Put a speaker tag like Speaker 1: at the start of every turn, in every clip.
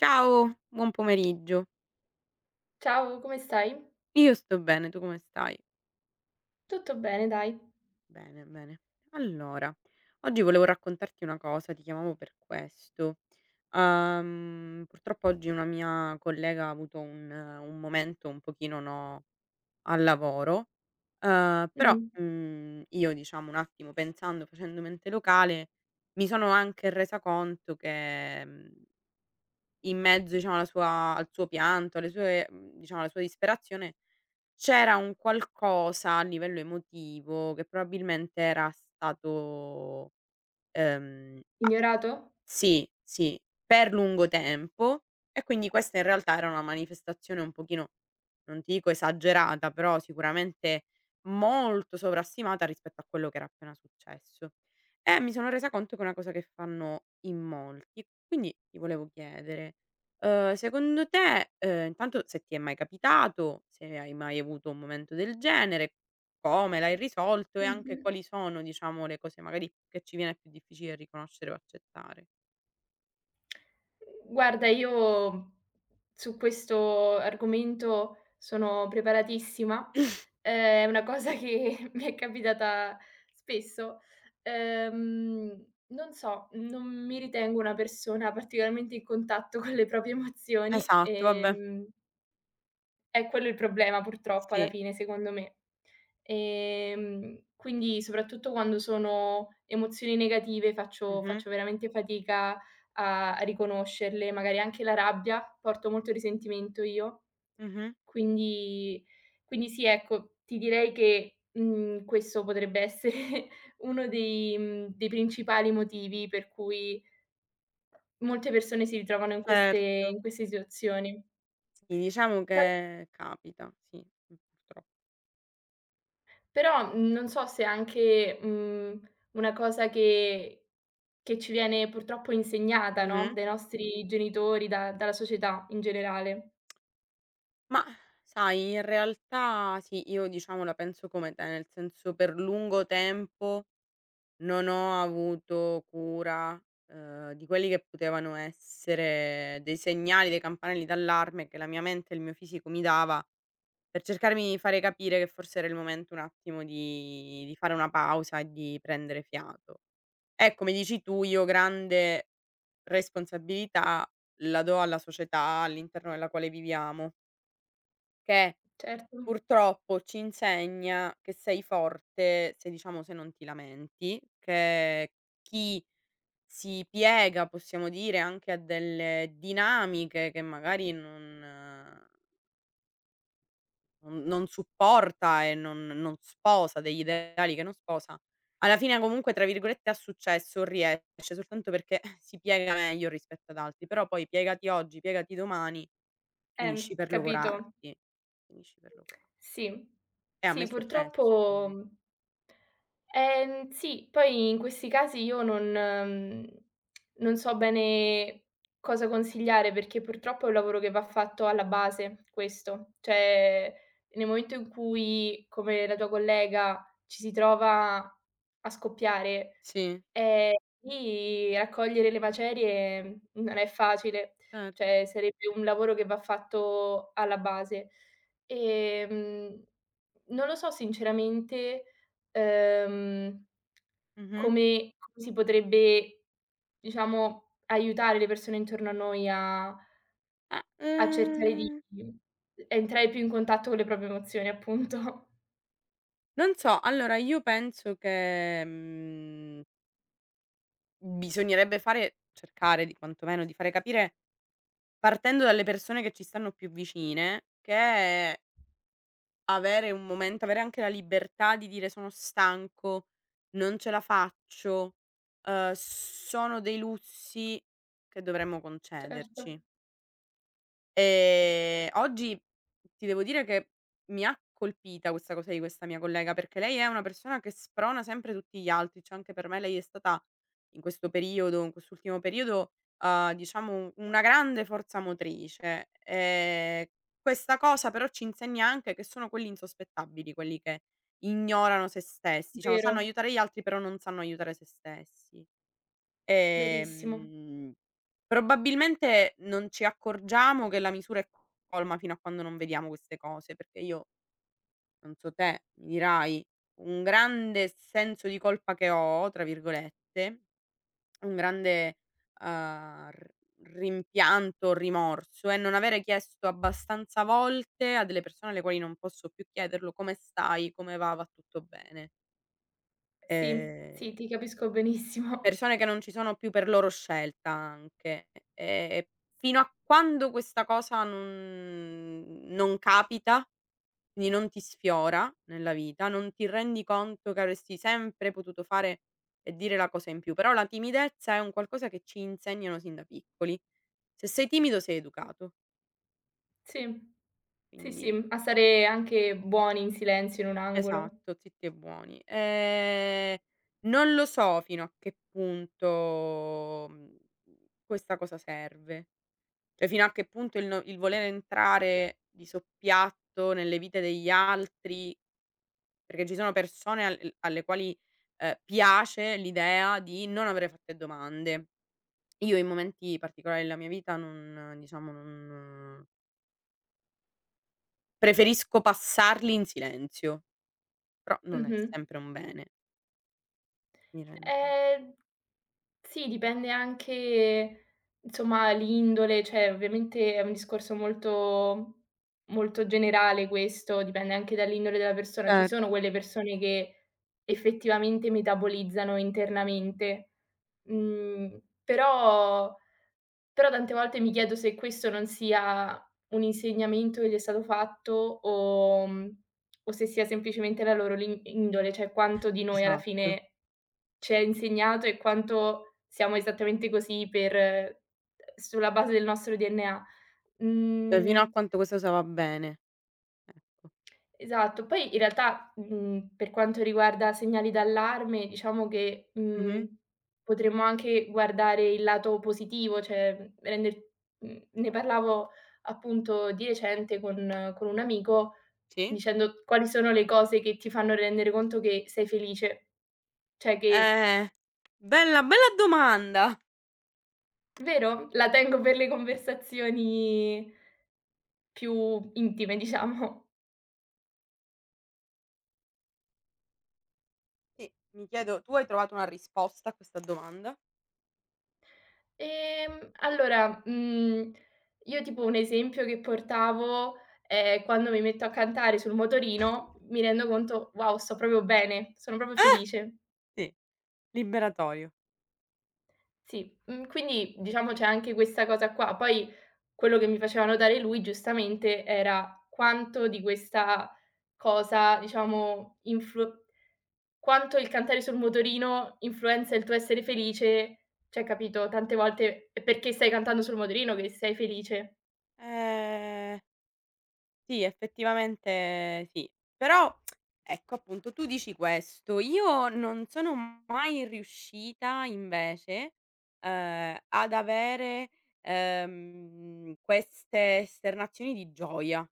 Speaker 1: Ciao, buon pomeriggio.
Speaker 2: Ciao, come stai?
Speaker 1: Io sto bene, tu come stai?
Speaker 2: Tutto bene, dai.
Speaker 1: Bene, bene. Allora, oggi volevo raccontarti una cosa, ti chiamavo per questo. Purtroppo oggi una mia collega ha avuto un momento un pochino, no, al lavoro, però,
Speaker 2: Mh.
Speaker 1: io diciamo un attimo pensando, facendo mente locale, mi sono anche resa conto che, in mezzo diciamo alla sua al suo pianto, alle sue diciamo alla sua disperazione, c'era un qualcosa a livello emotivo che probabilmente era stato, a
Speaker 2: Ignorato?
Speaker 1: sì, sì, per lungo tempo, e quindi questa in realtà era una manifestazione un pochino, non ti dico esagerata, però sicuramente molto sovrastimata rispetto a quello che era appena successo. E mi sono resa conto che è una cosa che fanno in molti. Quindi ti volevo chiedere, secondo te, intanto se ti è mai capitato, se hai mai avuto un momento del genere, come l'hai risolto e anche
Speaker 2: Mh-mh.
Speaker 1: quali sono, diciamo, le cose magari che ci viene più difficile riconoscere o accettare?
Speaker 2: Guarda, io su questo argomento sono preparatissima. È una cosa che mi è capitata spesso. Ehm, Non so, non mi ritengo una persona particolarmente in contatto con le proprie emozioni,
Speaker 1: Esatto, vabbè,
Speaker 2: è quello il problema purtroppo alla
Speaker 1: sì.
Speaker 2: fine, secondo me. Quindi soprattutto quando sono emozioni negative faccio
Speaker 1: Mh-mh,
Speaker 2: faccio veramente fatica a riconoscerle, magari anche la rabbia, porto molto risentimento io,
Speaker 1: mh-mh,
Speaker 2: quindi sì, ecco, ti direi che, questo potrebbe essere uno dei dei principali motivi per cui molte persone si ritrovano
Speaker 1: certo.
Speaker 2: in queste situazioni.
Speaker 1: Sì, diciamo
Speaker 2: Poi
Speaker 1: che capita, sì, purtroppo.
Speaker 2: Però, non so se è anche, una cosa che ci viene purtroppo insegnata, no,
Speaker 1: Mh-mh.
Speaker 2: dai nostri genitori, da dalla società in generale.
Speaker 1: Ma sai, in realtà sì, io diciamo la penso come te, nel senso per lungo tempo non ho avuto cura, di quelli che potevano essere dei segnali, dei campanelli d'allarme che la mia mente e il mio fisico mi dava per cercarmi di fare capire che forse era il momento un attimo di fare una pausa e di prendere fiato. Come dici tu, io grande responsabilità la do alla società all'interno della quale viviamo, che
Speaker 2: Certo.
Speaker 1: purtroppo ci insegna che sei forte se diciamo se non ti lamenti, che chi si piega, possiamo dire, anche a delle dinamiche che magari non Mhmm, non supporta e non sposa, degli ideali che non sposa, alla fine comunque, tra virgolette, "ha successo", riesce soltanto perché si piega meglio rispetto ad altri, però poi piegati oggi, piegati domani, finisci per
Speaker 2: Capito.
Speaker 1: logorarti, finisci per logora
Speaker 2: Sì.
Speaker 1: e a me è
Speaker 2: Sì,
Speaker 1: successo,
Speaker 2: purtroppo
Speaker 1: quindi
Speaker 2: sì, poi in questi casi io non non so bene cosa consigliare, perché purtroppo è un lavoro che va fatto alla base, questo. Cioè, nel momento in cui, come la tua collega, ci si trova a scoppiare.
Speaker 1: sì,
Speaker 2: Ehm, Lì raccogliere le macerie, non è facile,
Speaker 1: cer
Speaker 2: cioè sarebbe un lavoro che va fatto alla base. Ehm, Non lo so sinceramente, ehm,
Speaker 1: mh-mh.
Speaker 2: come si potrebbe, diciamo, aiutare le persone intorno a noi a
Speaker 1: Ah,
Speaker 2: a cercare di entrare più in contatto con le proprie emozioni, appunto.
Speaker 1: non so, allora io penso che, bisognerebbe fare cercare di quantomeno di fare capire, partendo dalle persone che ci stanno più vicine, che è avere un momento avere anche la libertà di dire: "Sono stanco, non ce la faccio", sono dei lussi che dovremmo
Speaker 2: Certo,
Speaker 1: concederci. Oggi ti devo dire che mi ha colpita questa cosa di questa mia collega, perché lei è una persona che sprona sempre tutti gli altri, cioè anche per me lei è stata in questo periodo in quest'ultimo periodo, diciamo una grande forza motrice. Questa cosa però ci insegna anche che sono quelli insospettabili, quelli che ignorano se stessi, diciamo sanno
Speaker 2: vero,
Speaker 1: aiutare gli altri però non sanno aiutare se stessi.
Speaker 2: verissimo.
Speaker 1: Ehm, Probabilmente non ci accorgiamo che la misura è colma fino a quando non vediamo queste cose, perché io, non so te, mi dirai, un grande senso di colpa che ho, tra virgolette, un grande, r rimpianto, rimorso è non avere chiesto abbastanza volte a delle persone alle quali non posso più chiederlo: "Come stai? Come va? Va tutto bene?"
Speaker 2: Sì,
Speaker 1: Ehm
Speaker 2: sì, ti capisco benissimo.
Speaker 1: Persone che non ci sono più per loro scelta anche. Fino a quando questa cosa non capita, quindi non ti sfiora nella vita, non ti rendi conto che avresti sempre potuto fare e dire la cosa in più. Però la timidezza è un qualcosa che ci insegnano sin da piccoli. Se sei timido sei educato,
Speaker 2: Sì. Sì, sì,
Speaker 1: quindi
Speaker 2: a stare anche buoni in silenzio in un angolo.
Speaker 1: esatto, zitti e buoni. Non lo so fino a che punto, questa cosa serve. Cioè, fino a che punto il no il voler entrare di soppiatto nelle vite degli altri, perché ci sono persone al l alle quali, piace l'idea di non avere fatte domande. Io in momenti particolari della mia vita non diciamo, non preferisco passarli in silenzio, però non è
Speaker 2: Mh-mh.
Speaker 1: sempre un bene. Mi rendo con
Speaker 2: Ehm, sì, dipende anche insomma l'indole, cioè ovviamente è un discorso molto generale questo, dipende anche dall'indole della persona. Ci
Speaker 1: Cer
Speaker 2: sono quelle persone che effettivamente metabolizzano internamente, però. Però tante volte mi chiedo se questo non sia un insegnamento che gli è stato fatto o o se sia semplicemente la loro lin indole, cioè quanto di noi alla
Speaker 1: Esatto.
Speaker 2: fine ci è insegnato e quanto siamo esattamente così per sulla base del nostro DNA.
Speaker 1: Cioè, fino a
Speaker 2: Mhmm
Speaker 1: quanto questa cosa va bene, ecco.
Speaker 2: Esatto, poi in realtà, per quanto riguarda segnali d'allarme, diciamo che,
Speaker 1: Mh-mh.
Speaker 2: potremmo anche guardare il lato positivo, cioè, ne parlavo appunto di recente con un amico,
Speaker 1: Sì.
Speaker 2: dicendo quali sono le cose che ti fanno rendere conto che sei felice. Cioè che
Speaker 1: Eh, bella bella domanda!
Speaker 2: vero? La tengo per le conversazioni più intime, diciamo.
Speaker 1: Sì, mi chiedo, tu hai trovato una risposta a questa domanda?
Speaker 2: Allora, io tipo un esempio che portavo è quando mi metto a cantare sul motorino, mi rendo conto: "Wow, sto proprio bene, sono proprio felice."
Speaker 1: Sì, liberatorio.
Speaker 2: Sì, quindi diciamo c'è anche questa cosa qua. Poi quello che mi faceva notare lui giustamente era quanto di questa cosa, diciamo, influ quanto il cantare sul motorino influenza il tuo essere felice, cioè capito, tante volte è perché stai cantando sul motorino che sei felice.
Speaker 1: Ehm, sì, effettivamente sì. Però ecco, appunto, tu dici questo, io non sono mai riuscita invece, ad avere, queste esternazioni di gioia,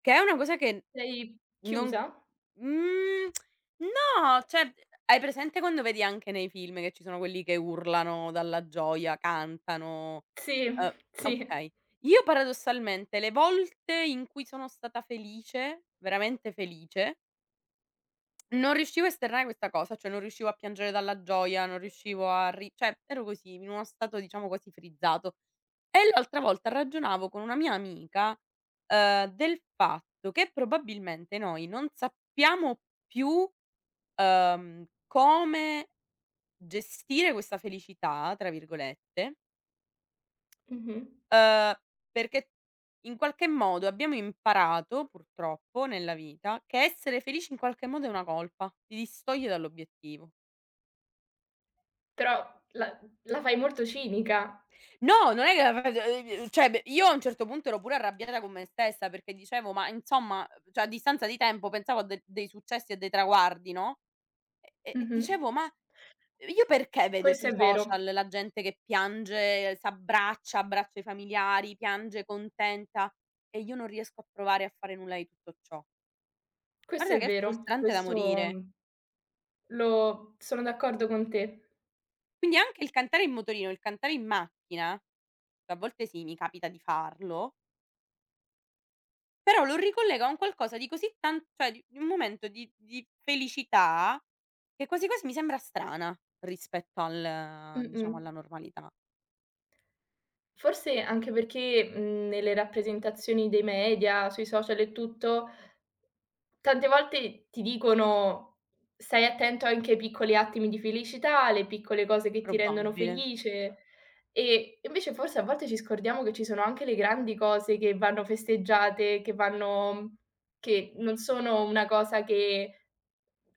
Speaker 1: che è una cosa che
Speaker 2: Sei
Speaker 1: non
Speaker 2: chiusa?
Speaker 1: mhmm, no, cioè hai presente quando vedi anche nei film che ci sono quelli che urlano dalla gioia, cantano,
Speaker 2: Sì,
Speaker 1: uhm,
Speaker 2: sì.
Speaker 1: okay. Io paradossalmente le volte in cui sono stata felice, veramente felice, non riuscivo a esternare questa cosa, cioè non riuscivo a piangere dalla gioia, non riuscivo a ri cioè ero così, in uno stato diciamo quasi frizzato. E l'altra volta ragionavo con una mia amica, del fatto che probabilmente noi non sappiamo più, come gestire questa "felicità" tra virgolette,
Speaker 2: Mh-mh.
Speaker 1: uhm, perché in qualche modo abbiamo imparato, purtroppo, nella vita, che essere felici in qualche modo è una colpa, ti distoglie dall'obiettivo.
Speaker 2: Però la fai molto cinica.
Speaker 1: No, non è che la fa cioè beh, io a un certo punto ero pure arrabbiata con me stessa perché dicevo: "Ma insomma", cioè a distanza di tempo pensavo a de dei successi e dei traguardi, no, e
Speaker 2: Mh-mh.
Speaker 1: dicevo: "Ma io perché vedo
Speaker 2: Questo
Speaker 1: sui
Speaker 2: è
Speaker 1: social
Speaker 2: vero,
Speaker 1: la gente che piange, s'abbraccia, abbraccia i familiari, piange contenta e io non riesco a provare a fare nulla di tutto ciò?"
Speaker 2: questo
Speaker 1: Guarda
Speaker 2: è
Speaker 1: che è
Speaker 2: vero,
Speaker 1: frustrante da
Speaker 2: questo
Speaker 1: morire.
Speaker 2: mhmm, lo sono d'accordo con te.
Speaker 1: Quindi anche il cantare in motorino, il cantare in macchina, che a volte sì, mi capita di farlo. Però lo ricollega a un qualcosa di così tan cioè di un momento di felicità, che quasi quasi mi sembra strana rispetto al
Speaker 2: Mh-mh.
Speaker 1: diciamo alla normalità.
Speaker 2: Forse anche perché, nelle rappresentazioni dei media, sui social e tutto, tante volte ti dicono: "Stai attento anche ai piccoli attimi di felicità, alle piccole cose che ti rendono
Speaker 1: Probabile.
Speaker 2: felice", e invece forse a volte ci scordiamo che ci sono anche le grandi cose che vanno festeggiate, che non sono una cosa che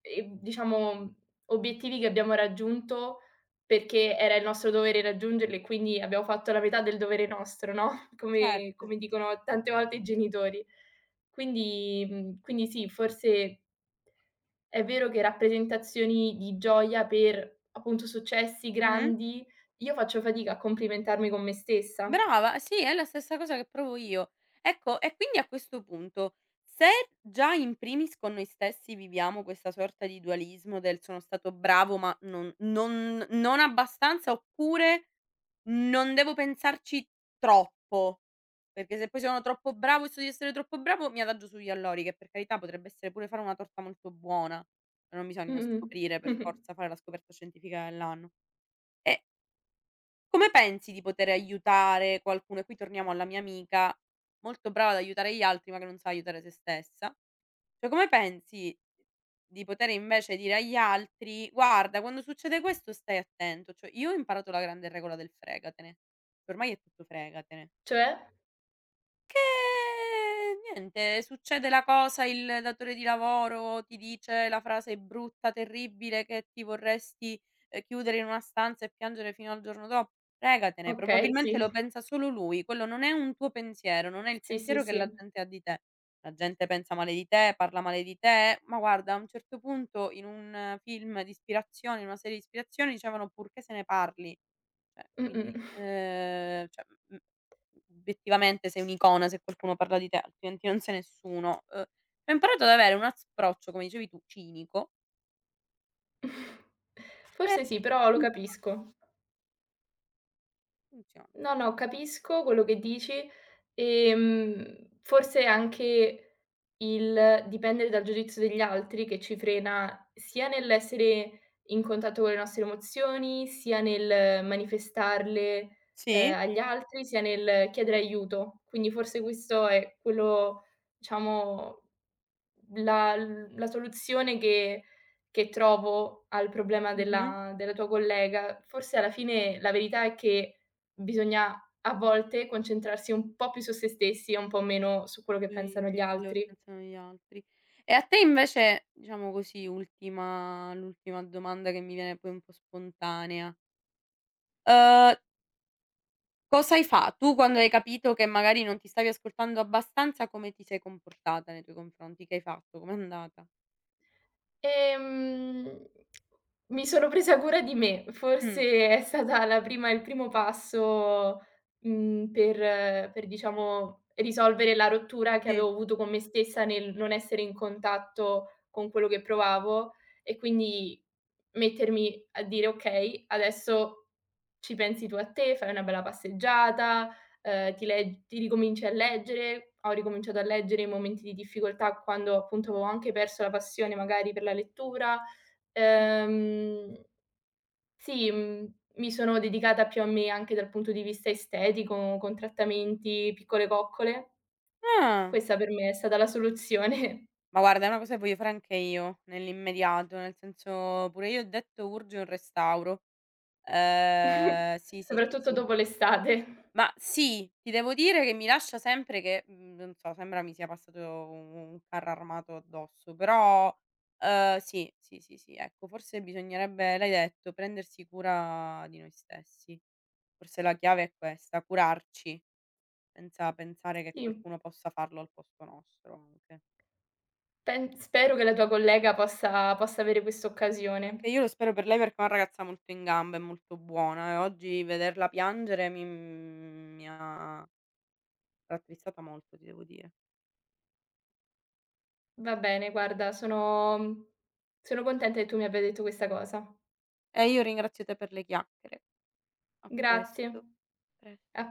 Speaker 2: diciamo, obiettivi che abbiamo raggiunto perché era il nostro dovere raggiungerli e quindi abbiamo fatto la metà del dovere nostro, no, come
Speaker 1: Certo.
Speaker 2: come dicono tante volte i genitori. Quindi sì, forse è vero che rappresentazioni di gioia per, appunto, successi
Speaker 1: Mh-mh.
Speaker 2: grandi, io faccio fatica a complimentarmi con me stessa.
Speaker 1: Brava, sì, è la stessa cosa che provo io. Ecco, e quindi a questo punto, se già in primis con noi stessi viviamo questa sorta di dualismo del: "Sono stato bravo ma non abbastanza" oppure: "Non devo pensarci troppo." Perché se poi sono troppo bravo e so di essere troppo bravo, mi adagio sugli allori, che per carità potrebbe essere pure fare una torta molto buona. Non bisogna
Speaker 2: Mh-mh.
Speaker 1: scoprire per forza, fare la scoperta scientifica dell'anno. E come pensi di poter aiutare qualcuno? E qui torniamo alla mia amica, molto brava ad aiutare gli altri, ma che non sa aiutare se stessa. Cioè, come pensi di poter invece dire agli altri: "Guarda, quando succede questo stai attento." Cioè, io ho imparato la grande regola del fregatene. Ormai è tutto fregatene.
Speaker 2: Cioè?
Speaker 1: Che niente, succede la cosa, il datore di lavoro ti dice la frase brutta, terribile che ti vorresti, chiudere in una stanza e piangere fino al giorno dopo. Fregatene,
Speaker 2: Okay,
Speaker 1: probabilmente
Speaker 2: sì.
Speaker 1: lo pensa solo lui, quello non è un tuo pensiero, non è il
Speaker 2: Sì, sì,
Speaker 1: pensiero che
Speaker 2: sì.
Speaker 1: la gente ha di te. La gente pensa male di te, parla male di te, ma guarda, a un certo punto in un film di ispirazione, in una serie di ispirazione dicevano: "Purché se ne parli". Cioè quindi,
Speaker 2: Mh-mh.
Speaker 1: cioè. Mhmm Obiettivamente sei un'icona se qualcuno parla di te, altrimenti non sei nessuno. Ho imparato ad avere un approccio, come dicevi tu, cinico e
Speaker 2: Forse sì, però lo capisco.
Speaker 1: funziona.
Speaker 2: No, no, capisco quello che dici, forse anche il dipendere dal giudizio degli altri che ci frena sia nell'essere in contatto con le nostre emozioni, sia nel manifestarle,
Speaker 1: Sì?
Speaker 2: agli altri, sia nel chiedere aiuto. Quindi forse questo è quello, diciamo, la soluzione che trovo al problema
Speaker 1: Mh-mh.
Speaker 2: della tua collega. Forse alla fine la verità è che bisogna a volte concentrarsi un po' più su se stessi e un po' meno su quello che
Speaker 1: Sì,
Speaker 2: pensano gli
Speaker 1: quello che
Speaker 2: altri.
Speaker 1: pensano gli altri. E a te invece, diciamo così, ultima l'ultima domanda che mi viene poi un po' spontanea, uhm, cosa hai fa tu quando hai capito che magari non ti stavi ascoltando abbastanza, come ti sei comportata nei tuoi confronti? Che hai fatto? Com'è andata?
Speaker 2: Ehm, Mi sono presa cura di me,
Speaker 1: Mh,
Speaker 2: forse è stata la prima il primo passo, per diciamo risolvere la rottura che
Speaker 1: sì.
Speaker 2: avevo avuto con me stessa nel non essere in contatto con quello che provavo e quindi mettermi a dire: "Okay, adesso ci pensi tu a te, fai una bella passeggiata, ti ricominci a leggere." Ho ricominciato a leggere in momenti di difficoltà, quando appunto avevo anche perso la passione magari per la lettura.
Speaker 1: Mh.
Speaker 2: Ehm, sì, mi sono dedicata più a me anche dal punto di vista estetico, con trattamenti, piccole coccole.
Speaker 1: Ah.
Speaker 2: Questa per me è stata la soluzione,
Speaker 1: Ma guarda, è una cosa che voglio fare anche io, nell'immediato, nel senso pure io ho detto: "Urge un restauro". Sì, sì, sì,
Speaker 2: soprattutto
Speaker 1: sì.
Speaker 2: dopo l'estate.
Speaker 1: Ma sì, ti devo dire che mi lascia sempre che, non so, sembra mi sia passato un carro armato addosso, però, sì, sì, sì, sì, ecco, forse bisognerebbe, l'hai detto, prendersi cura di noi stessi. Forse la chiave è questa, curarci, senza pensare che
Speaker 2: Sì,
Speaker 1: qualcuno possa farlo al posto nostro anche.
Speaker 2: pen spero che la tua collega possa avere quest'occasione.
Speaker 1: Anche io lo spero per lei perché è una ragazza molto in gamba e molto buona e oggi vederla piangere mi ha rattristata molto, ti devo dire.
Speaker 2: Va bene, guarda, sono contenta che tu mi abbia detto questa cosa.
Speaker 1: E io ringrazio te per le chiacchiere. A
Speaker 2: Grazie,
Speaker 1: presto. Pres
Speaker 2: a